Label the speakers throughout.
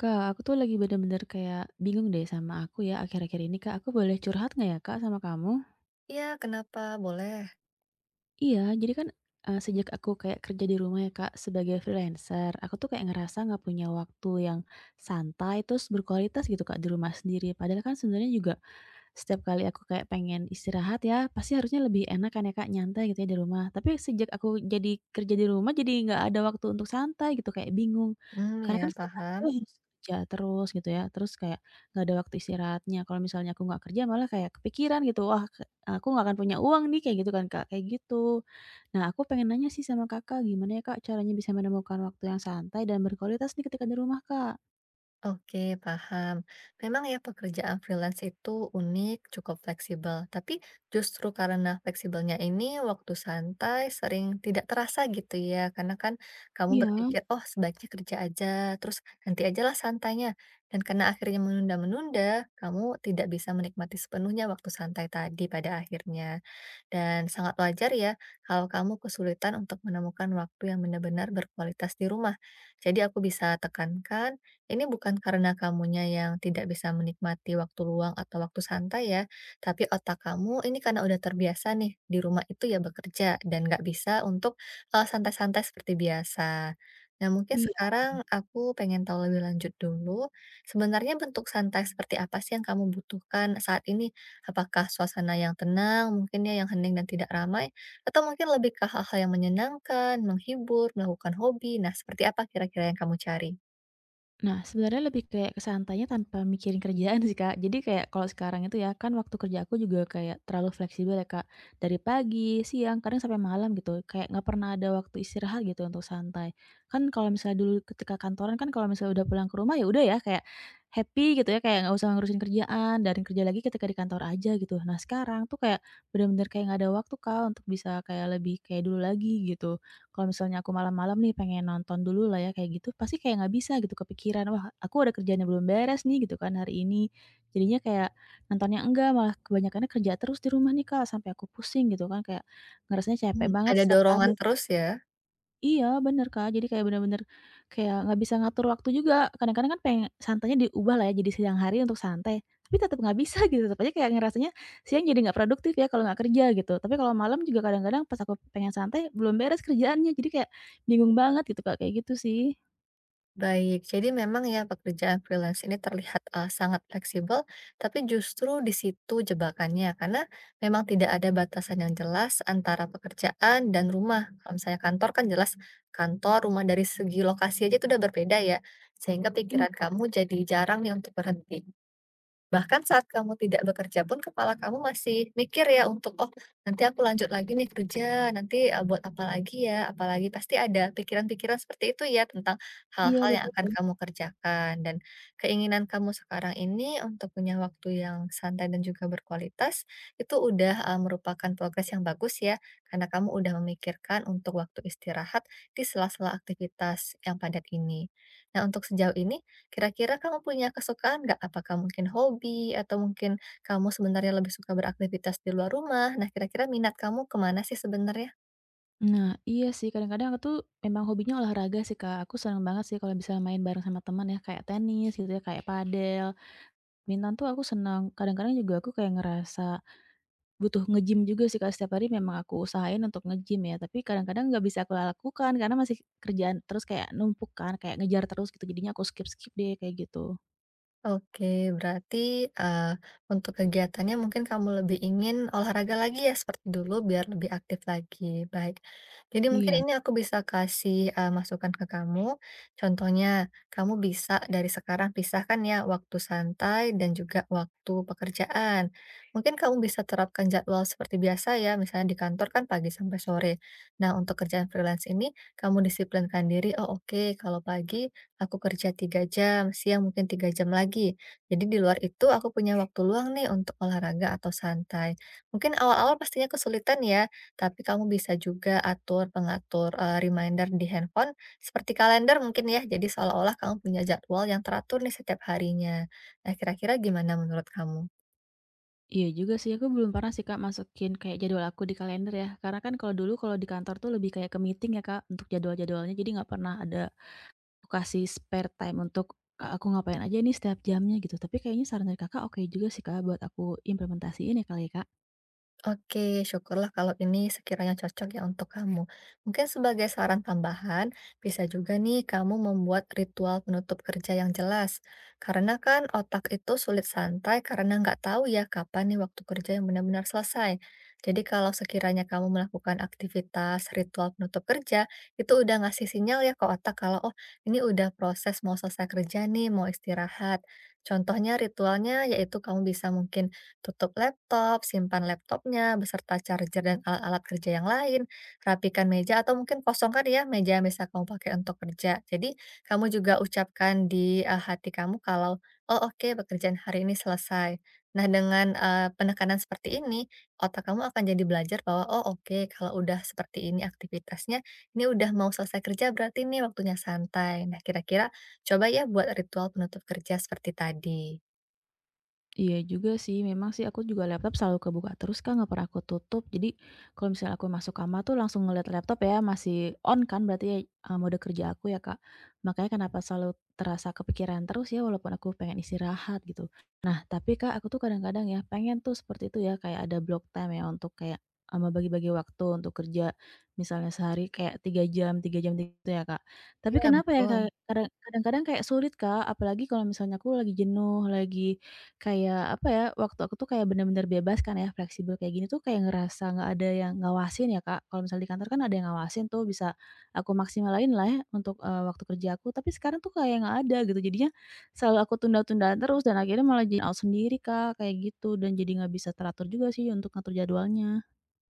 Speaker 1: Kak, aku tuh lagi bener-bener kayak bingung deh sama aku ya akhir-akhir ini Kak. Aku boleh curhat nggak ya Kak sama kamu?
Speaker 2: Iya, kenapa? Boleh.
Speaker 1: Iya, jadi kan, sejak aku kayak kerja di rumah ya, Kak, sebagai freelancer, aku tuh kayak ngerasa nggak punya waktu yang santai, terus berkualitas gitu, Kak, di rumah sendiri. Padahal kan sebenarnya juga setiap kali aku kayak pengen istirahat ya, pasti harusnya lebih enak kan ya, Kak, nyantai gitu ya di rumah. Tapi sejak aku jadi kerja di rumah, jadi nggak ada waktu untuk santai gitu, kayak bingung.
Speaker 2: Hmm,
Speaker 1: Karena
Speaker 2: ya,
Speaker 1: kan setiap hari tuh
Speaker 2: paham.
Speaker 1: harus kerja terus gitu ya, terus kayak nggak ada waktu istirahatnya. Kalau misalnya aku nggak kerja malah kayak kepikiran gitu, wah, aku nggak akan punya uang nih, kayak gitu kan, Kak, kayak gitu. Nah, aku pengen nanya sih sama Kakak, gimana ya, Kak, caranya bisa menemukan waktu yang santai dan berkualitas nih ketika di rumah, Kak?
Speaker 2: Oke, paham. Memang ya pekerjaan freelance itu unik, cukup fleksibel. Tapi justru karena fleksibelnya ini, waktu santai sering tidak terasa gitu ya, karena kan kamu
Speaker 1: Iya.
Speaker 2: berpikir, "Oh, sebaiknya kerja aja, terus nanti ajalah santainya." Dan karena akhirnya menunda-menunda, kamu tidak bisa menikmati sepenuhnya waktu santai tadi pada akhirnya. Dan sangat wajar ya kalau kamu kesulitan untuk menemukan waktu yang benar-benar berkualitas di rumah. Jadi aku bisa tekankan, ini bukan karena kamunya yang tidak bisa menikmati waktu luang atau waktu santai ya, tapi otak kamu ini karena udah terbiasa nih di rumah itu ya bekerja dan nggak bisa untuk santai-santai seperti biasa. Nah, mungkin sekarang aku pengen tahu lebih lanjut dulu. Sebenarnya bentuk santai seperti apa sih yang kamu butuhkan saat ini? Apakah suasana yang tenang, mungkin ya yang hening dan tidak ramai, atau mungkin lebih ke hal-hal yang menyenangkan, menghibur, melakukan hobi. Nah, seperti apa kira-kira yang kamu cari?
Speaker 1: Nah, sebenarnya lebih kayak ke santainya tanpa mikirin kerjaan sih, Kak. Jadi kayak kalau sekarang itu ya, kan waktu kerja aku juga kayak terlalu fleksibel ya, Kak. Dari pagi, siang, kadang sampai malam gitu. Kayak nggak pernah ada waktu istirahat gitu untuk santai. Kan kalau misalnya dulu ketika kantoran kan kalau misalnya udah pulang ke rumah ya udah ya kayak happy gitu ya, kayak nggak usah ngurusin kerjaan dan kerja lagi ketika di kantor aja gitu. Nah, sekarang tuh kayak bener-bener kayak nggak ada waktu, Kak, untuk bisa kayak lebih kayak dulu lagi gitu. Kalau misalnya aku malam-malam nih pengen nonton dulu lah ya kayak gitu, pasti kayak nggak bisa gitu kepikiran, "Wah, aku ada kerjaan yang belum beres nih," gitu kan hari ini. Jadinya kayak nontonnya enggak, malah kebanyakannya kerja terus di rumah nih Kak, sampai aku pusing gitu kan, kayak ngerasanya capek
Speaker 2: Hmm,
Speaker 1: banget
Speaker 2: ada
Speaker 1: setiap hari.
Speaker 2: dorongan terus ya?
Speaker 1: Iya bener, Kak, jadi kayak bener-bener kayak nggak bisa ngatur waktu juga, kadang-kadang kan pengen santainya diubah lah ya jadi siang hari untuk santai, tapi tetap nggak bisa gitu, tetap aja kayak ngerasanya siang jadi nggak produktif ya kalau nggak kerja gitu, tapi kalau malam juga kadang-kadang pas aku pengen santai belum beres kerjaannya, jadi kayak bingung banget gitu, Kak, kayak gitu sih.
Speaker 2: Baik, jadi memang ya pekerjaan freelance ini terlihat sangat fleksibel, tapi justru di situ jebakannya karena memang tidak ada batasan yang jelas antara pekerjaan dan rumah. Kalau misalnya kantor kan jelas kantor, rumah dari segi lokasi aja itu udah berbeda ya, sehingga
Speaker 1: Iya.
Speaker 2: pikiran kamu jadi jarang nih untuk berhenti. Bahkan saat kamu tidak bekerja pun kepala kamu masih mikir ya untuk, "Oh, nanti aku lanjut lagi nih kerja, nanti, buat apa lagi ya, apalagi. Pasti ada pikiran-pikiran seperti itu ya tentang
Speaker 1: Iya
Speaker 2: hal-hal yang
Speaker 1: betul.
Speaker 2: akan kamu kerjakan, dan keinginan kamu sekarang ini untuk punya waktu yang santai dan juga berkualitas, itu udah, merupakan progres yang bagus ya, karena kamu udah memikirkan untuk waktu istirahat di sela-sela aktivitas yang padat ini. Nah, untuk sejauh ini kira-kira kamu punya kesukaan nggak? Apakah mungkin hobi, atau mungkin kamu sebenarnya lebih suka beraktivitas di luar rumah? Nah, kira-kira minat kamu kemana sih sebenarnya?
Speaker 1: Nah iya sih kadang-kadang aku tuh memang hobinya olahraga sih, Kak, aku seneng banget sih kalau bisa main bareng sama teman ya kayak tenis gitu ya, kayak padel, badminton tuh aku seneng, kadang-kadang juga aku kayak ngerasa butuh nge-gym juga sih, Kak, setiap hari memang aku usahain untuk nge-gym ya, tapi kadang-kadang nggak bisa aku lakukan karena masih kerjaan terus kayak numpuk kan, kayak ngejar terus gitu, jadinya aku skip-skip deh, kayak gitu.
Speaker 2: Oke, berarti, eee, untuk kegiatannya mungkin kamu lebih ingin olahraga lagi ya seperti dulu biar lebih aktif lagi, baik. Jadi mungkin
Speaker 1: Iya,
Speaker 2: ini aku bisa kasih, masukan ke kamu, contohnya kamu bisa dari sekarang pisahkan ya waktu santai dan juga waktu pekerjaan. Mungkin kamu bisa terapkan jadwal seperti biasa ya, misalnya di kantor kan pagi sampai sore. Nah, untuk kerjaan freelance ini kamu disiplinkan diri, "Oh, oke kalau pagi aku kerja 3 jam, siang mungkin 3 jam lagi. Jadi di luar itu aku punya waktu luang nih untuk olahraga atau santai." Mungkin awal-awal pastinya kesulitan ya, tapi kamu bisa juga atur reminder di handphone seperti kalender mungkin ya. Jadi seolah-olah kamu punya jadwal yang teratur nih setiap harinya. Nah, kira-kira gimana menurut kamu?
Speaker 1: iya juga sih, aku belum pernah sih, Kak, masukin kayak jadwal aku di kalender ya, karena kan kalau dulu kalau di kantor tuh lebih kayak ke meeting ya, Kak, untuk jadwal-jadwalnya, jadi nggak pernah ada aku kasih spare time untuk, aku ngapain aja nih setiap jamnya gitu, tapi kayaknya saran dari Kakak oke juga sih, Kak, buat aku implementasiin ya kali ya, Kak?
Speaker 2: Oke, syukurlah kalau ini sekiranya cocok ya untuk kamu. Mungkin sebagai saran tambahan, bisa juga nih kamu membuat ritual penutup kerja yang jelas. Karena kan otak itu sulit santai karena nggak tahu ya kapan nih waktu kerja yang benar-benar selesai. Jadi kalau sekiranya kamu melakukan aktivitas ritual penutup kerja, itu udah ngasih sinyal ya ke otak kalau oh, ini udah proses mau selesai kerja nih, mau istirahat. Contohnya ritualnya yaitu kamu bisa mungkin tutup laptop, simpan laptopnya beserta charger dan alat-alat kerja yang lain, rapikan meja atau mungkin kosongkan ya meja yang bisa kamu pakai untuk kerja. Jadi kamu juga ucapkan di hati kamu kalau, oh oke pekerjaan hari ini selesai. Nah dengan penekanan seperti ini, otak kamu akan jadi belajar bahwa, oh oke kalau udah seperti ini aktivitasnya, ini udah mau selesai kerja berarti ini waktunya santai. Nah kira-kira coba ya buat ritual penutup kerja seperti tadi.
Speaker 1: Iya juga sih, memang sih aku juga laptop selalu kebuka terus Kak, nggak pernah aku tutup. Jadi kalau misalnya aku masuk kamar tuh langsung ngeliat laptop ya, masih on kan berarti ya, mode kerja aku ya Kak. Makanya kenapa selalu terasa kepikiran terus ya walaupun aku pengen istirahat gitu. Nah tapi Kak, aku tuh kadang-kadang ya pengen tuh seperti itu ya, kayak ada block time ya untuk kayak, bagi bagi waktu untuk kerja, misalnya sehari kayak 3 jam gitu ya Kak. Tapi
Speaker 2: Ya
Speaker 1: kenapa ya Kak,
Speaker 2: betul.
Speaker 1: kadang-kadang kayak sulit Kak, apalagi kalau misalnya aku lagi jenuh, lagi kayak, apa ya, waktu aku tuh kayak bener-bener bebas kan ya, fleksibel kayak gini tuh kayak ngerasa nggak ada yang ngawasin ya, Kak. Kalau misalnya di kantor kan ada yang ngawasin tuh bisa aku maksimalin lah ya untuk, waktu kerja aku, tapi sekarang tuh kayak nggak ada gitu. Jadinya selalu aku tunda tunda terus dan akhirnya malah jadi out sendiri, Kak, kayak gitu dan jadi nggak bisa teratur juga sih untuk ngatur jadwalnya.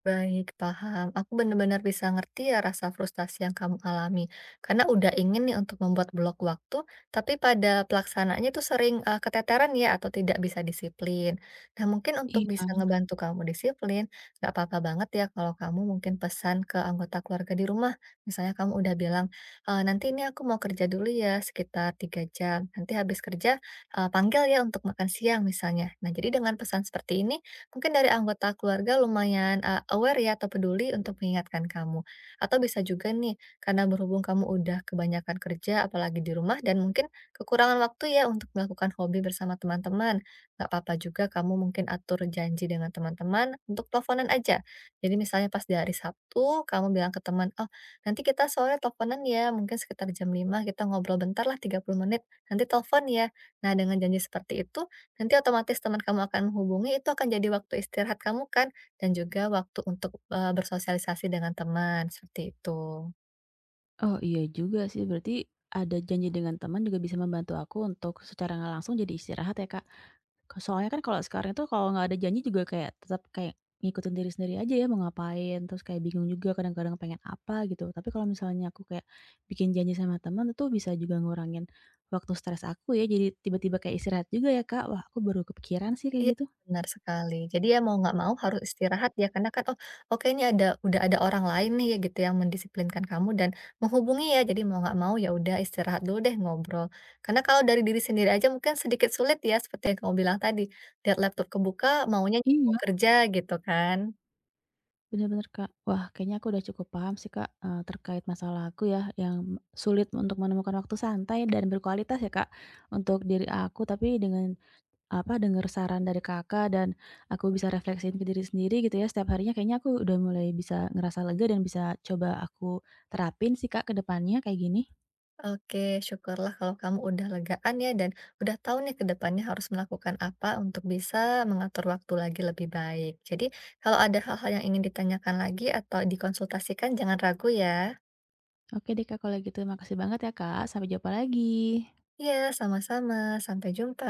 Speaker 2: Baik, paham. Aku benar-benar bisa ngerti ya rasa frustasi yang kamu alami. Karena udah ingin nih untuk membuat blok waktu, tapi pada pelaksanaannya tuh sering keteteran ya atau tidak bisa disiplin. Nah, mungkin untuk bisa
Speaker 1: Iya.
Speaker 2: ngebantu kamu disiplin, nggak apa-apa banget ya kalau kamu mungkin pesan ke anggota keluarga di rumah. Misalnya kamu udah bilang, "Eh, nanti ini aku mau kerja dulu ya sekitar 3 jam. Nanti habis kerja, eh, panggil ya untuk makan siang misalnya." Nah, jadi dengan pesan seperti ini, mungkin dari anggota keluarga lumayan, aware ya atau peduli untuk mengingatkan kamu. Atau bisa juga nih, karena berhubung kamu udah kebanyakan kerja apalagi di rumah dan mungkin kekurangan waktu ya untuk melakukan hobi bersama teman-teman. Nggak apa juga kamu mungkin atur janji dengan teman-teman untuk teleponan aja. Jadi misalnya pas di hari Sabtu kamu bilang ke teman, "Oh, nanti kita sore teleponan ya, mungkin sekitar jam 5 kita ngobrol bentar lah 30 menit, nanti telepon ya." Nah dengan janji seperti itu, nanti otomatis teman kamu akan menghubungi, itu akan jadi waktu istirahat kamu kan, dan juga waktu untuk, bersosialisasi dengan teman, seperti itu.
Speaker 1: Oh, iya juga sih, berarti ada janji dengan teman juga bisa membantu aku untuk secara nggak langsung jadi istirahat ya, Kak? Ke soalnya kan kalau sekarang itu kalau nggak ada janji juga kayak tetap kayak ngikutin diri sendiri aja ya mau ngapain, terus kayak bingung juga kadang-kadang pengen apa gitu. Tapi kalau misalnya aku kayak bikin janji sama teman itu bisa juga ngurangin waktu stres aku ya, jadi tiba-tiba kayak istirahat juga ya, Kak. Wah, aku baru kepikiran sih
Speaker 2: Iya,
Speaker 1: kayak gitu.
Speaker 2: benar sekali. Jadi ya mau nggak mau harus istirahat ya, karena kan, oh oke ini ada udah ada orang lain nih ya gitu yang mendisiplinkan kamu dan menghubungi ya, jadi mau nggak mau ya udah istirahat dulu deh, ngobrol. Karena kalau dari diri sendiri aja mungkin sedikit sulit ya, seperti yang kamu bilang tadi, lihat laptop kebuka maunya
Speaker 1: Iya.
Speaker 2: kerja gitu kan.
Speaker 1: Bener bener, Kak. Wah, kayaknya aku udah cukup paham sih, Kak, terkait masalah aku ya yang sulit untuk menemukan waktu santai dan berkualitas ya, Kak, untuk diri aku, tapi dengan apa, dengar saran dari Kakak dan aku bisa refleksiin ke diri sendiri gitu ya setiap harinya kayaknya aku udah mulai bisa ngerasa lega dan bisa coba aku terapin sih Kak ke depannya kayak gini.
Speaker 2: Oke, syukurlah kalau kamu udah legaan ya dan udah tahu nih ke depannya harus melakukan apa untuk bisa mengatur waktu lagi lebih baik. Jadi, kalau ada hal-hal yang ingin ditanyakan lagi atau dikonsultasikan, jangan ragu ya.
Speaker 1: Oke deh Kak kalau gitu makasih banget ya Kak, sampai jumpa lagi.
Speaker 2: Iya, sama-sama. Sampai jumpa.